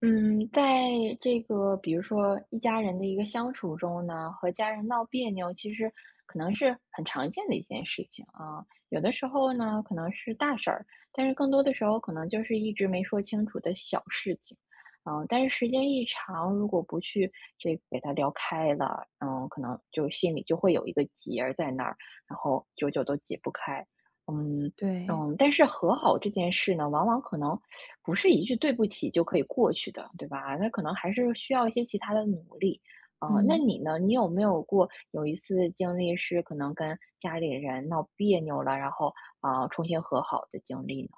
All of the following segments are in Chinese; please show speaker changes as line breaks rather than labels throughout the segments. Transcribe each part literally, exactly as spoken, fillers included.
嗯，在这个比如说一家人的一个相处中呢，和家人闹别扭，其实可能是很常见的一件事情啊。有的时候呢，可能是大事儿，但是更多的时候可能就是一直没说清楚的小事情。嗯，但是时间一长，如果不去这个给它聊开了，嗯，可能就心里就会有一个结儿在那儿，然后久久都解不开。嗯，
对，
嗯，但是和好这件事呢，往往可能不是一句"对不起"就可以过去的，对吧？那可能还是需要一些其他的努力。啊、那
嗯
你呢？你有没有过有一次经历是可能跟家里人闹别扭了，然后啊、重新和好的经历呢？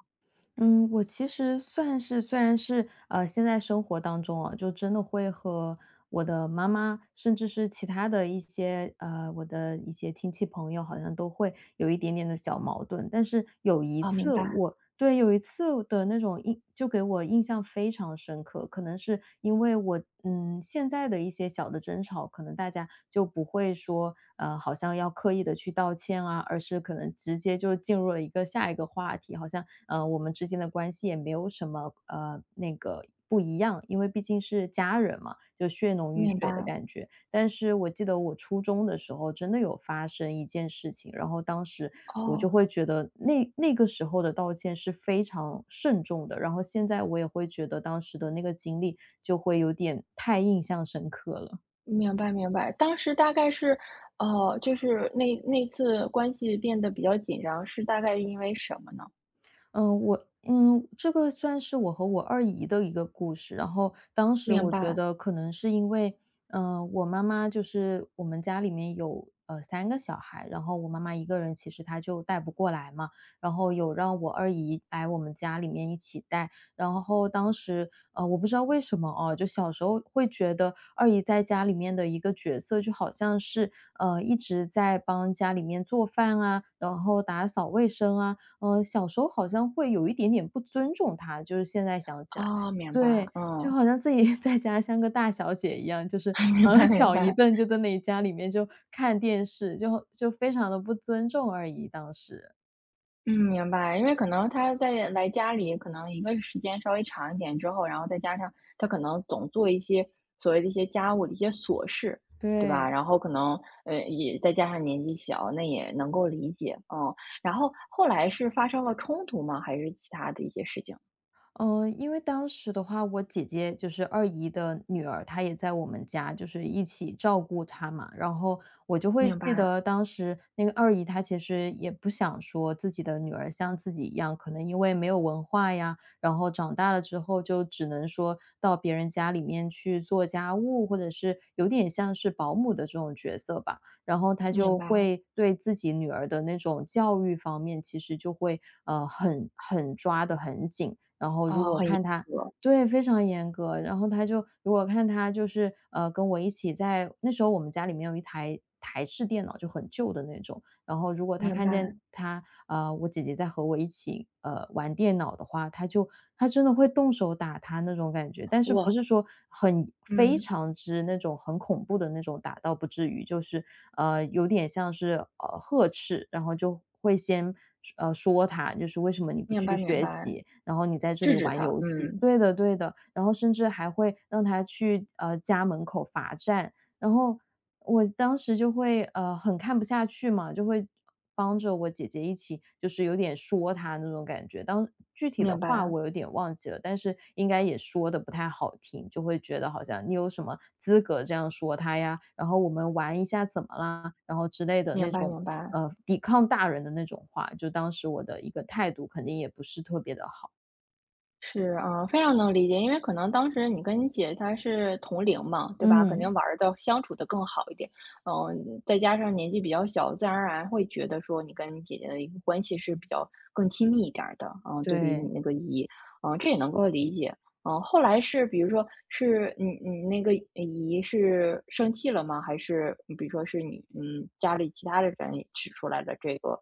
嗯，我其实算是虽然是呃，现在生活当中啊，就真的会和我的妈妈，甚至是其他的一些呃，我的一些亲戚朋友，好像都会有一点点的小矛盾。但是有一
啊，明
次
白，
我对，有一次的那种印就给我印象非常深刻，可能是因为我，嗯，现在的一些小的争吵，可能大家就不会说，呃，好像要刻意的去道歉啊，而是可能直接就进入了一个下一个话题，好像，呃，我们之间的关系也没有什么，呃，那个不一样，因为毕竟是家人嘛，就血浓于
明
水的
白，
感觉。但是我记得我初中的时候真的有发生一件事情，然后当时我就
哦，
会觉得那那个时候的道歉是非常慎重的，然后现在我也会觉得当时的那个经历就会有点太印象深刻了。
明白，明白。当时大概是，呃，就是那那次关系变得比较紧张，是大概因为什么呢？
嗯，我嗯，这个算是我和我二姨的一个故事。然后当时
明
我觉
白，
得可能是因为，嗯、我妈妈就是我们家里面有呃三个小孩，然后我妈妈一个人其实她就带不过来嘛，然后有让我二姨来我们家里面一起带。然后当时呃，我不知道为什么哦，就小时候会觉得二姨在家里面的一个角色就好像是呃一直在帮家里面做饭啊，然后打扫卫生啊，嗯，小时候好像会有一点点不尊重他，就是现在想起来。
啊、明白，
对，就
嗯，
好像自己 在家像个大小姐一样，就是
明
呃
白，明
脚一
白。
蹬就在那里家里面就看电视，就就非常的不尊重而已。当时，
嗯，明白。因为可能他在来家里，可能一个时间稍微长一点之后，然后再加上他可能总做一些所谓的一些家务的一些琐事，对吧？
对，
然后可能呃，也再加上年纪小，那也能够理解，嗯。然后后来是发生了冲突吗？还是其他的一些事情？
嗯，因为当时的话，我姐姐就是二姨的女儿，她也在我们家，就是一起照顾她嘛。然后我就会
明
记
白，
得当时那个二姨，她其实也不想说自己的女儿像自己一样，可能因为没有文化呀，然后长大了之后就只能说到别人家里面去做家务，或者是有点像是保姆的这种角色吧。然后她
明
就
白。
会对自己女儿的那种教育方面，其实就会呃很很抓得很紧。然后如
哦，
果
很严
看他
格，
对，非常严格。然后他就如果看他就是，呃，跟我一起在那时候我们家里面有一台台式电脑，就很旧的那种，然后如果他
明
看
白。
见他呃，我姐姐在和我一起呃玩电脑的话，他就他真的会动手打他那种感觉，但是
我
不是说很非
嗯，
常之那种很恐怖的那种打，倒不至于，就是呃有点像是呃呵斥，然后就会先呃说他，就是为什么你不
明
去
白明
学
白，
习，然后你在这
制
里
止
玩
他，
游戏，
嗯，
对的对的，然后甚至还会让他去呃家门口罚站，然后我当时就会呃很看不下去嘛，就会帮着我姐姐一起，就是有点说她那种感觉。当具体的
明
话
白，
我有点忘记了，但是应该也说的不太好听，就会觉得好像你有什么资格这样说他呀？然后我们玩一下怎么啦？然后之类的
明
那
白
种
明白。
呃抵抗大人的那种话，就当时我的一个态度肯定也不是特别的好。
是，啊，非常能理解。因为可能当时你跟你姐她是同龄嘛，对吧？肯定
嗯，
玩的相处的更好一点。嗯，再加上年纪比较小，自然而然会觉得说你跟你姐姐的一个关系是比较更亲密一点儿的，嗯，对比你
对。
那个姨，嗯，这也能够理解。嗯，后来是比如说是你你那个姨是生气了吗？还是比如说是你嗯家里其他的人也指出来的这个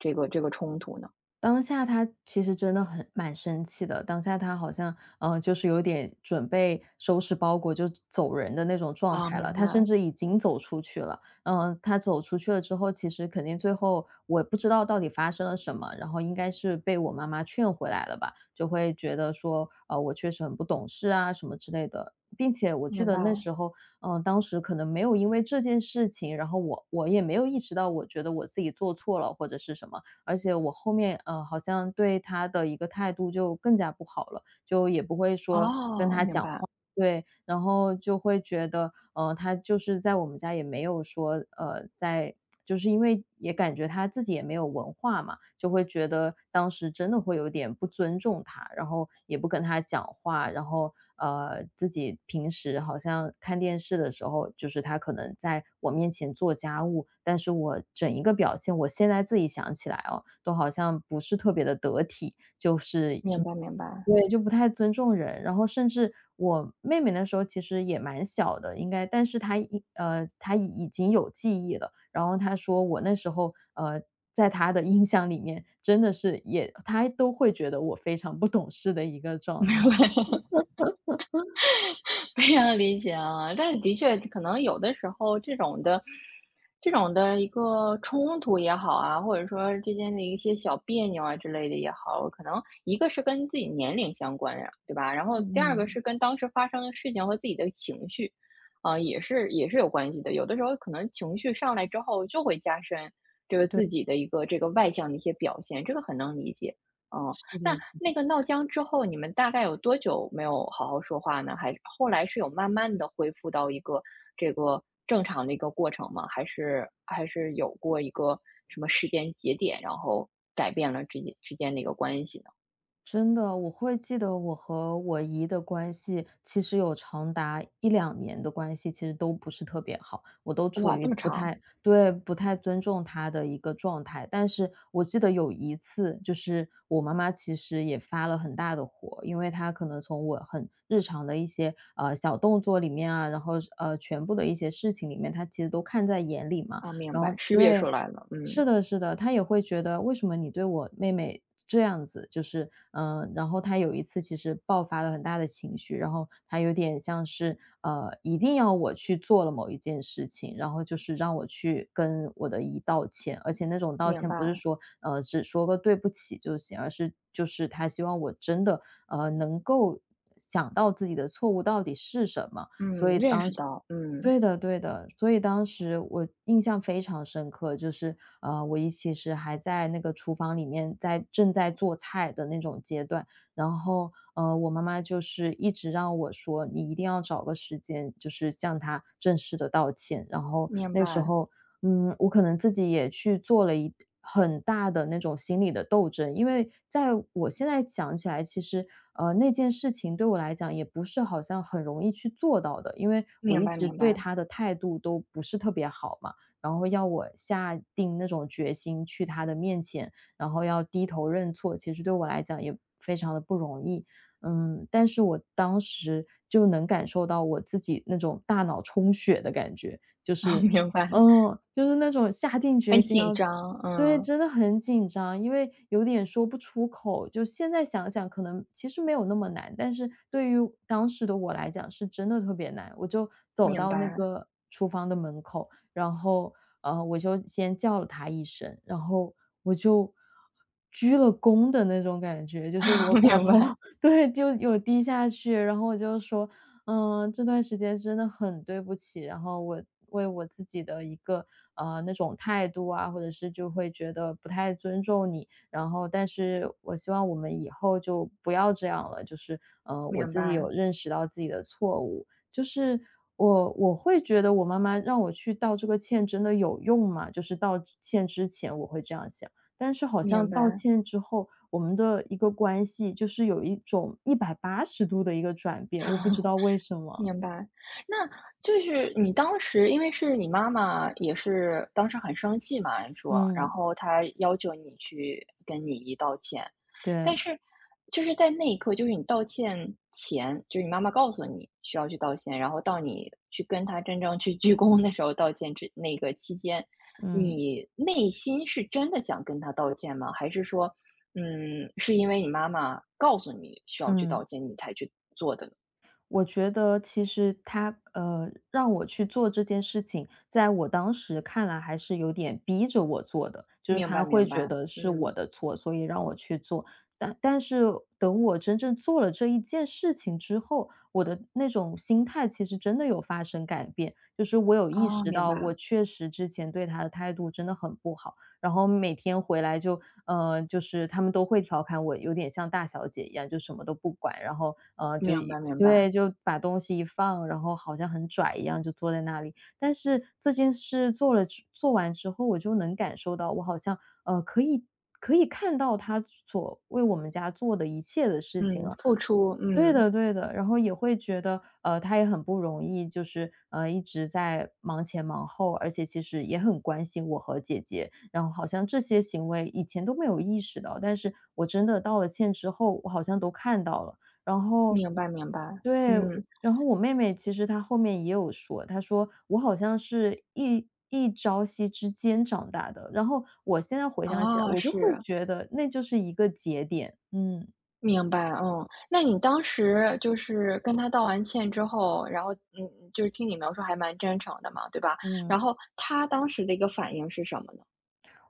这个这个冲突呢？
当下他其实真的很蛮生气的，当下他好像，嗯，呃就是有点准备收拾包裹就走人的那种状
啊，
态了，
明
他甚
白
至已经走出去了。嗯，他走出去了之后，其实肯定最后我不知道到底发生了什么，然后应该是被我妈妈劝回来了吧，就会觉得说，呃，我确实很不懂事啊什么之类的。并且我记
明
得
白。
那时候，嗯，当时可能没有因为这件事情，然后我我也没有意识到，我觉得我自己做错了或者是什么，而且我后面，呃，好像对他的一个态度就更加不好了，就也不会说
哦，明白，
对，然后就会觉得，呃，他就是在我们家也没有说，呃，在就是因为也感觉他自己也没有文化嘛，就会觉得当时真的会有点不尊重他，然后也不跟他讲话，然后呃，自己平时好像看电视的时候，就是他可能在我面前做家务，但是我整一个表现，我现在自己想起来哦，都好像不是特别的得体，就是
明白，明白，
对，就不太尊重人。然后甚至我妹妹那时候其实也蛮小的，应该，但是她已呃，她已已经有记忆了。然后她说我那时候，呃，在她的印象里面，真的是也她都会觉得我非常不懂事的一个状态。
非常理解啊。但的确，可能有的时候这种的，这种的一个冲突也好啊，或者说之间的一些小别扭啊之类的也好，可能一个是跟自己年龄相关呀，对吧？然后第
嗯，
二个
嗯
是跟当时发生的事情和自己的情绪，啊、也是也是有关系的。有的时候可能情绪上来之后，就会加深这个自己的一个这个外向的一些表现，这个很能理解，嗯、
是
那那
的。
个闹僵之后，你们大概有多久没有好好说话呢？还是后来是有慢慢的恢复到一个这个正常的一个过程吗？还是还是有过一个什么时间节点，然后改变了之间之间的一个关系呢？
真的，我会记得我和我姨的关系，其实有长达一两年的关系，其实都不是特别好，我都处
哇，这
于
么
不
长，
太对，不太尊重她的一个状态。但是我记得有一次，就是我妈妈其实也发了很大的火，因为她可能从我很日常的一些，呃，小动作里面啊，然后，呃，全部的一些事情里面，她其实都看在眼里嘛，
啊，明
然
白，
后
识别出
对。
来了，嗯，
是的，是的，他也会觉得为什么你对我妹妹这样子，就是嗯、呃然后他有一次其实爆发了很大的情绪，然后他有点像是呃，一定要我去做了某一件事情，然后就是让我去跟我的姨道歉，而且那种道
明
歉不是
白，
说呃只说个对不起就行，而是就是他希望我真的呃能够想到自己的错误到底是什么，
嗯，
所以
认
当
识到，嗯，
对的，对的，所以当时我印象非常深刻，就是呃，我一其实还在那个厨房里面在正在做菜的那种阶段，然后呃，我妈妈就是一直让我说，你一定要找个时间，就是向她正式的道歉。然后
明
那时
白，
候嗯，我可能自己也去做了一很大的那种心理的斗争，因为在我现在想起来，其实呃那件事情对我来讲也不是好像很容易去做到的，因为我
明
一
白
直
明
对
白，
他的态度都不是特别好嘛，然后要我下定那种决心去他的面前，然后要低头认错，其实对我来讲也非常的不容易。嗯，但是我当时就能感受到我自己那种大脑充血的感觉，就 是
明白，
嗯，就是那种下定
很
决心
紧
要
张，
对，
嗯，
真的很紧张，因为有点说不出口。就现在想想，可能其实没有那么难，但是对于当时的我来讲，是真的特别难。我就走
明
到那
白，
个厨房的门口，然后，呃，我就先叫了他一声，然后我就鞠了躬的那种感觉，就是 我把
明
头
白，
对，就有低下去，然后我就说嗯，这段时间真的很对不起，然后我为我自己的一个呃那种态度啊，或者是就会觉得不太尊重你，然后但是我希望我们以后就不要这样了，就是呃我
明
自己
白，
有认识到自己的错误，就是我我会觉得我妈妈让我去道这个歉真的有用吗？就是道歉之前我会这样想。但是好
明
像道
白。
歉之后，我们的一个关系就是有一种一百八十度的一个转变，我不知 道为什么。
明白，那就是你当时因为是你妈妈也是当时很生气嘛，你说，然
嗯，
后她要求你去跟你姨道歉，
对，
但是就是在那一刻，就是你道歉前，就是你妈妈告诉你需要去道歉，然后到你去跟她真正去鞠躬的时候道歉之那个期间，
嗯，
你内心是真的想跟她道歉吗？还是说，嗯，是因为你妈妈告诉你需要去道
嗯。
歉，你才去做的呢？
我觉得其实他，呃，让我去做这件事情，在我当时看来还是有点逼着我做的，就是
明白
他会
明
觉
白，
得是我
嗯，
的错，所以让我去做。但但是等我真正做了这一件事情之后，我的那种心态其实真的有发生改变，就是我有意
哦，
识
明
到，我
白
确实之前对他的态度真的很不好。然后每天回来就呃，就是他们都会调侃我有点像大小姐一样，就什么都不管，然后呃，就
明白
一
明白，
对，就把东西一放，然后好像很拽一样就坐在那里。但是这件事做了之做完之后，我就能感受到，我好像呃，可以可以看到他所为我们家做的一切的事情
嗯，
了。
付出，
对
嗯，
的对的，然后也会觉得，呃，他也很不容易，就是，呃，一直在忙前忙后，而且其实也很关心我和姐姐，然后好像这些行为以前都没有意识到，但是我真的道了歉之后，我好像都看到了。然后
明白明白，
对，
嗯，
然后我妹妹其实她后面也有说，她说我好像是一一朝夕之间长大的，然后我现在回想起来，
哦，
我就会
是，
觉得那就是一个节点，嗯
明白，嗯，那你当时就是跟他道完歉之后，然后嗯，就是听你描述还蛮真诚的嘛，对吧？
嗯。
然后他当时的一个反应是什么呢？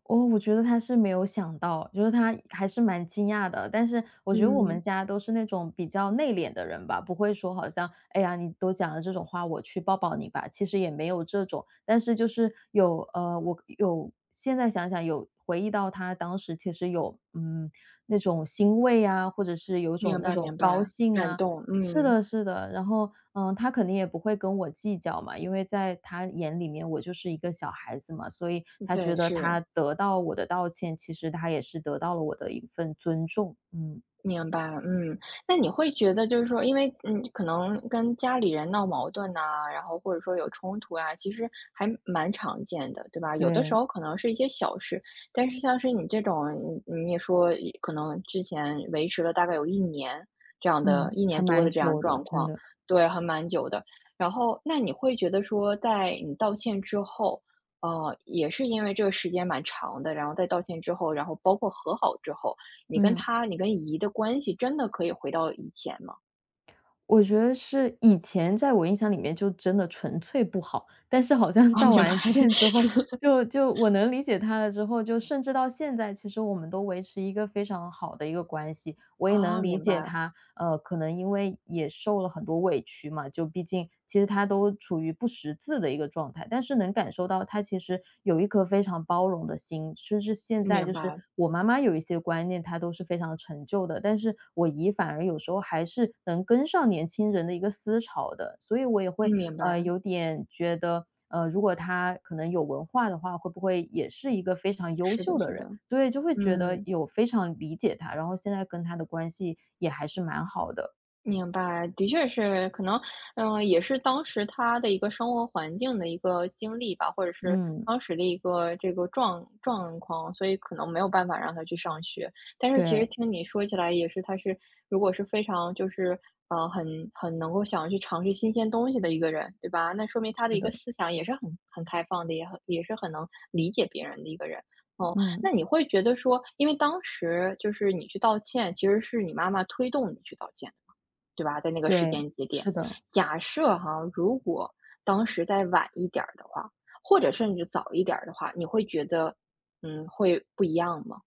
哦，我觉得他是没有想到，就是他还是蛮惊讶的。但是我觉得我们
嗯，
家都是那种比较内敛的人吧，不会说好像，哎呀，你都讲了这种话，我去抱抱你吧。其实也没有这种，但是就是有，呃，我有现在想想有回忆到他当时其实有，嗯，那种欣慰啊，或者是有种
明
那
白
种
明
高
白，
兴
感
啊，
动，
是
嗯，
的，是的，然后，嗯，他肯定也不会跟我计较嘛，因为在他眼里面我就是一个小孩子嘛，所以他
对，
觉得
是。
他得到我的道歉，其实他也是得到了我的一份尊重。嗯，
明白，嗯，那你会觉得就是说，因为嗯，可能跟家里人闹矛盾呐、然后或者说有冲突啊，其实还蛮常见的，对吧？有的时
对，
候可能是一些小事，但是像是你这种，嗯你也说可能之前维持了大概有一年这样的，
嗯，
一年
还
多
蛮
的这样
久的，
状
真
况，
的，
对，还蛮久的。然后，那你会觉得说，在你道歉之后，呃，也是因为这个时间蛮长的，然后在道歉之后，然后包括和好之后。你跟
嗯，
他你跟姨的关系真的可以回到以前吗？
我觉得是以前在我印象里面就真的纯粹不好，但是好 像
啊，
道
明白，
完 歉之 后，就就我能理解他了之后，就甚至到现在，其实我们都维持一个非常好的一个关系。我也能
啊，
理
明
解
白，
他，呃，可能因为也受了很多委屈嘛，就毕竟其实他都处于不识字的一个状态，但是能感受到他其实有一颗非常包容的心。甚至现在
明
就是
白，
我妈妈有一些观念，她都是非常陈旧的，但是我姨反而有时候还是能跟上年轻人的一个思潮的，所以我也
嗯，
会
明
呃
白，
有点觉得。呃，如果他可能有文化的话，会不会也是一个非常优
是的，
秀
是
的人？
的，
对，就会觉得
嗯。
有非常理解他，然后现在跟他的关系也还是蛮好的。
明白，的确是，可能，嗯、呃也是当时他的一个生活环境的一个经历吧，或者是
嗯，
当时的一个这个状状况，所以可能没有办法让他去上学。但是其实
对，
听你说起来，也是他是如果是非常就是呃很很能够想要去尝试新鲜东西的一个人，对吧？那说明他的
是
一
的，
个思想也是很很开放的，也很也是很能理解别人的一个人。哦，那
嗯，
你会觉得说，因为当时就是你去道歉，其实是你妈妈推动你去道歉的。对吧？在那个时
对，
间节点，
是的。
假设哈，如果当时再晚一点儿的话，或者甚至早一点儿的话，你会觉得，嗯，会不一样吗？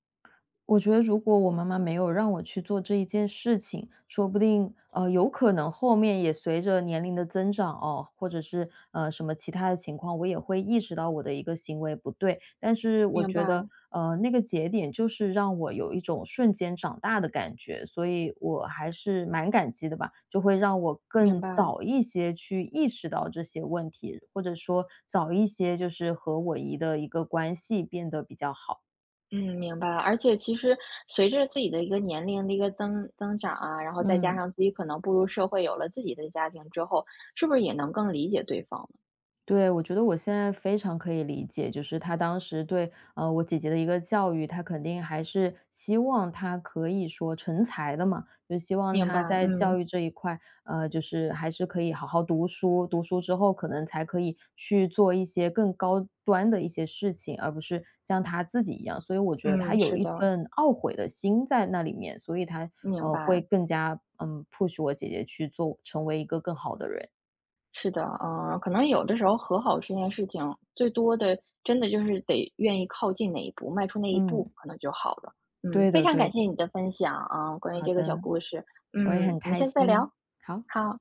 我觉得如果我妈妈没有让我去做这一件事情，说不定，呃，有可能后面也随着年龄的增长哦，或者是呃什么其他的情况，我也会意识到我的一个行为不对。但是我
明
觉得，
白，
呃，那个节点就是让我有一种瞬间长大的感觉，所以我还是蛮感激的吧，就会让我
明
更
白，
早一些去意识到这些问题，或者说早一些就是和我姨的一个关系变得比较好。
嗯，明白。而且其实随着自己的一个年龄的一个增增长啊，然后再加
嗯。
上自己可能步入社会，有了自己的家庭之后，是不是也能更理解对方了？
对，我觉得我现在非常可以理解，就是他当时对，呃，我姐姐的一个教育，他肯定还是希望她可以说成才的嘛，就希望
明白，
她在教
嗯
育这一块，呃，就是还是可以好好读书，读书之后可能才可以去做一些更高端的一些事情，而不是像他自己一样。所以我觉得他
嗯，
有
是
一
的，
份懊悔的心在那里面，所以他
明
呃会
白。
更加嗯 push 我姐姐去做，成为一个更好的人。
是的，嗯，可能有的时候和好这件事情，最多的真的就是得愿意靠近那一步，迈出那一步，
嗯，
可能就好了。嗯，
对
非
的，
常
对
感谢
的，
你的分享啊，关于
好
这个小
的。
故事。
我也
嗯，
很
我们
开
下次再聊，
心。好，
好。